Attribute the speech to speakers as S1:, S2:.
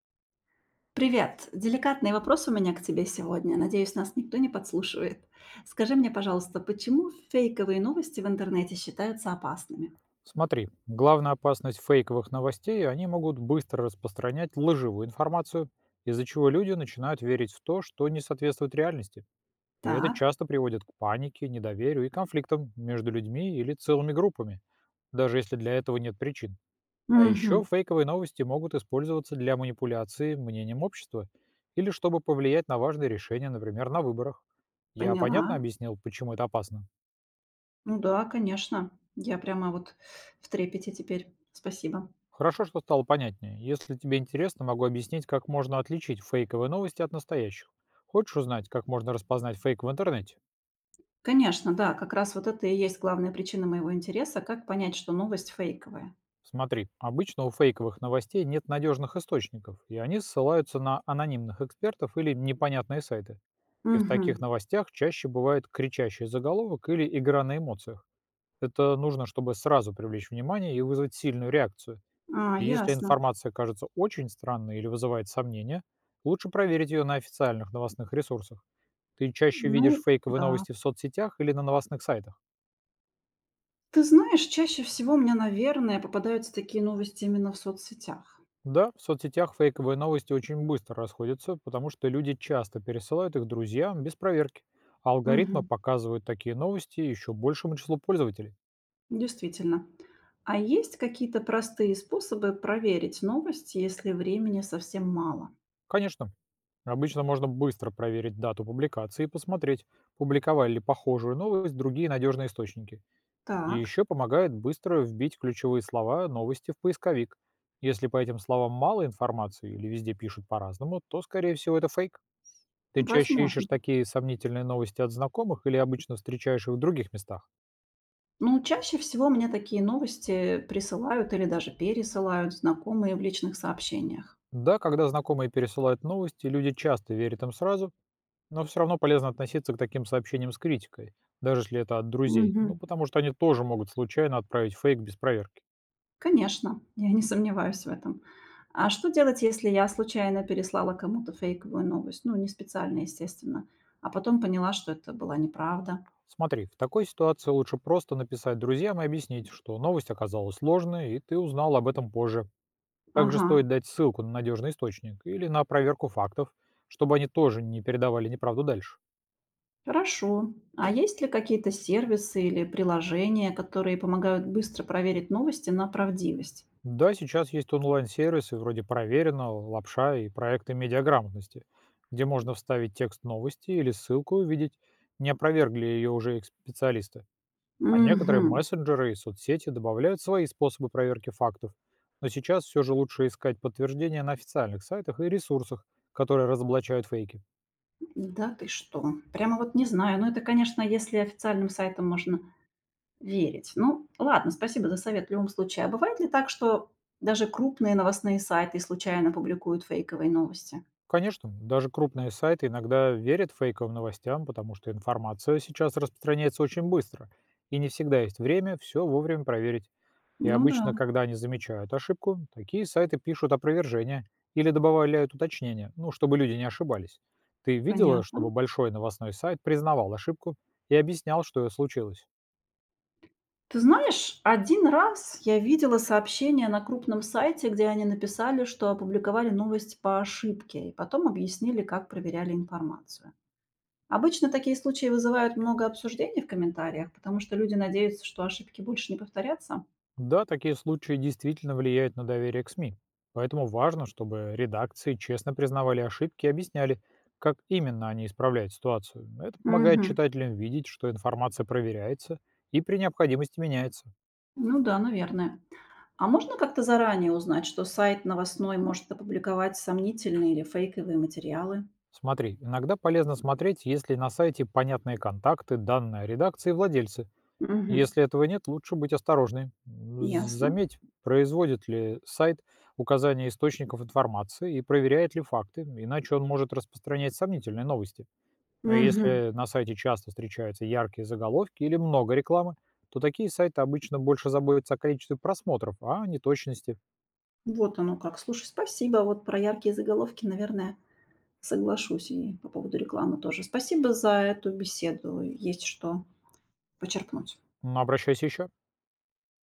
S1: Привет! Деликатный вопрос у меня к тебе сегодня. Надеюсь, нас никто не подслушивает. Скажи мне, пожалуйста, почему фейковые новости в интернете считаются опасными?
S2: Смотри, главная опасность фейковых новостей — они могут быстро распространять лживую информацию, из-за чего люди начинают верить в то, что не соответствует реальности. И это
S1: Так.
S2: часто приводит к панике, недоверию и конфликтам между людьми или целыми группами, даже если для этого нет причин. А еще
S1: Мгм.
S2: фейковые новости могут использоваться для манипуляции мнением общества или чтобы повлиять на важные решения, например, на выборах. Я
S1: Поняла.
S2: понятно объяснил, почему это опасно?
S1: Ну да, конечно. Я прямо вот в трепете теперь. Спасибо.
S2: Хорошо, что стало понятнее. Если тебе интересно, могу объяснить, как можно отличить фейковые новости от настоящих. Хочешь узнать, как можно распознать фейк в интернете?
S1: Конечно, да, как раз вот это и есть главная причина моего интереса, как понять, что новость фейковая.
S2: Смотри, обычно у фейковых новостей нет надежных источников, и они ссылаются на анонимных экспертов или непонятные сайты. И в
S1: Мгм.
S2: таких новостях чаще бывает кричащий заголовок или игра на эмоциях. Это нужно, чтобы сразу привлечь внимание и вызвать сильную реакцию.
S1: А,
S2: И если
S1: ясно.
S2: информация кажется очень странной или вызывает сомнения, лучше проверить ее на официальных новостных ресурсах. Ты чаще
S1: Ну,
S2: видишь фейковые
S1: да.
S2: новости в соцсетях или на новостных сайтах?
S1: Ты знаешь, чаще всего мне, наверное, попадаются такие новости именно в соцсетях.
S2: Да, в соцсетях фейковые новости очень быстро расходятся, потому что люди часто пересылают их друзьям без проверки, а алгоритмы
S1: Мгм.
S2: показывают такие новости еще большему числу пользователей.
S1: Действительно. А есть какие-то простые способы проверить новости, если времени совсем мало?
S2: Конечно, обычно можно быстро проверить дату публикации и посмотреть, публиковали ли похожую новость другие надежные источники. И
S1: Так,
S2: еще помогает быстро вбить ключевые слова новости в поисковик. Если по этим словам мало информации или везде пишут по-разному, то, скорее всего, это фейк. Ты чаще ищешь
S1: возможно.
S2: такие сомнительные новости от знакомых или обычно встречаешь их в других местах?
S1: Ну, чаще всего мне такие новости присылают или даже пересылают знакомые в личных сообщениях.
S2: Да, когда знакомые пересылают новости, люди часто верят им сразу, но все равно полезно относиться к таким сообщениям с критикой, даже если это от друзей,
S1: Мгм.
S2: ну потому что они тоже могут случайно отправить фейк без проверки.
S1: Конечно, я не сомневаюсь в этом. А что делать, если я случайно переслала кому-то фейковую новость? Ну, не специально, естественно, а потом поняла, что это была неправда.
S2: Смотри, в такой ситуации лучше просто написать друзьям и объяснить, что новость оказалась сложной, и ты узнал об этом позже. Также
S1: Ага.
S2: стоит дать ссылку на надежный источник или на проверку фактов, чтобы они тоже не передавали неправду дальше.
S1: Хорошо. А есть ли какие-то сервисы или приложения, которые помогают быстро проверить новости на правдивость?
S2: Да, сейчас есть онлайн-сервисы вроде «Проверено», «Лапша» и проекты медиаграмотности, где можно вставить текст новости или ссылку и увидеть, не опровергли ее уже специалисты. А некоторые
S1: Мгм.
S2: мессенджеры и соцсети добавляют свои способы проверки фактов. Но сейчас все же лучше искать подтверждения на официальных сайтах и ресурсах, которые разоблачают фейки.
S1: Да ты что? Прямо вот не знаю. Ну, это, конечно, если официальным сайтам можно верить. Ну, ладно, спасибо за совет в любом случае. А бывает ли так, что даже крупные новостные сайты случайно публикуют фейковые новости?
S2: Конечно, даже крупные сайты иногда верят фейковым новостям, потому что информация сейчас распространяется очень быстро, и не всегда есть время все вовремя проверить. И
S1: Ну да,
S2: обычно, когда они замечают ошибку, такие сайты пишут опровержение или добавляют уточнения, ну, чтобы люди не ошибались. Ты видела, чтобы
S1: понятно.
S2: большой новостной сайт признавал ошибку и объяснял, что случилось?
S1: Ты знаешь, один раз я видела сообщение на крупном сайте, где они написали, что опубликовали новость по ошибке, и потом объяснили, как проверяли информацию. Обычно такие случаи вызывают много обсуждений в комментариях, потому что люди надеются, что ошибки больше не повторятся.
S2: Да, такие случаи действительно влияют на доверие к СМИ. Поэтому важно, чтобы редакции честно признавали ошибки и объясняли, как именно они исправляют ситуацию. Это помогает
S1: Мгм.
S2: читателям видеть, что информация проверяется и при необходимости меняется.
S1: Ну да, наверное. А можно как-то заранее узнать, что сайт новостной может опубликовать сомнительные или фейковые материалы?
S2: Смотри, иногда полезно смотреть, есть ли на сайте понятные контакты, данные о редакции и владельцы.
S1: Мгм.
S2: Если этого нет, лучше быть осторожной.
S1: Ясно.
S2: Заметь, производит ли сайт указание источников информации и проверяет ли факты, иначе он может распространять сомнительные новости. А
S1: Мгм.
S2: если на сайте часто встречаются яркие заголовки или много рекламы, то такие сайты обычно больше заботятся о количестве просмотров, а не точности.
S1: Вот оно как. Слушай, спасибо. Вот про яркие заголовки, наверное, соглашусь, и по поводу рекламы тоже. Спасибо за эту беседу. Есть что почерпнуть.
S2: Обращайся еще.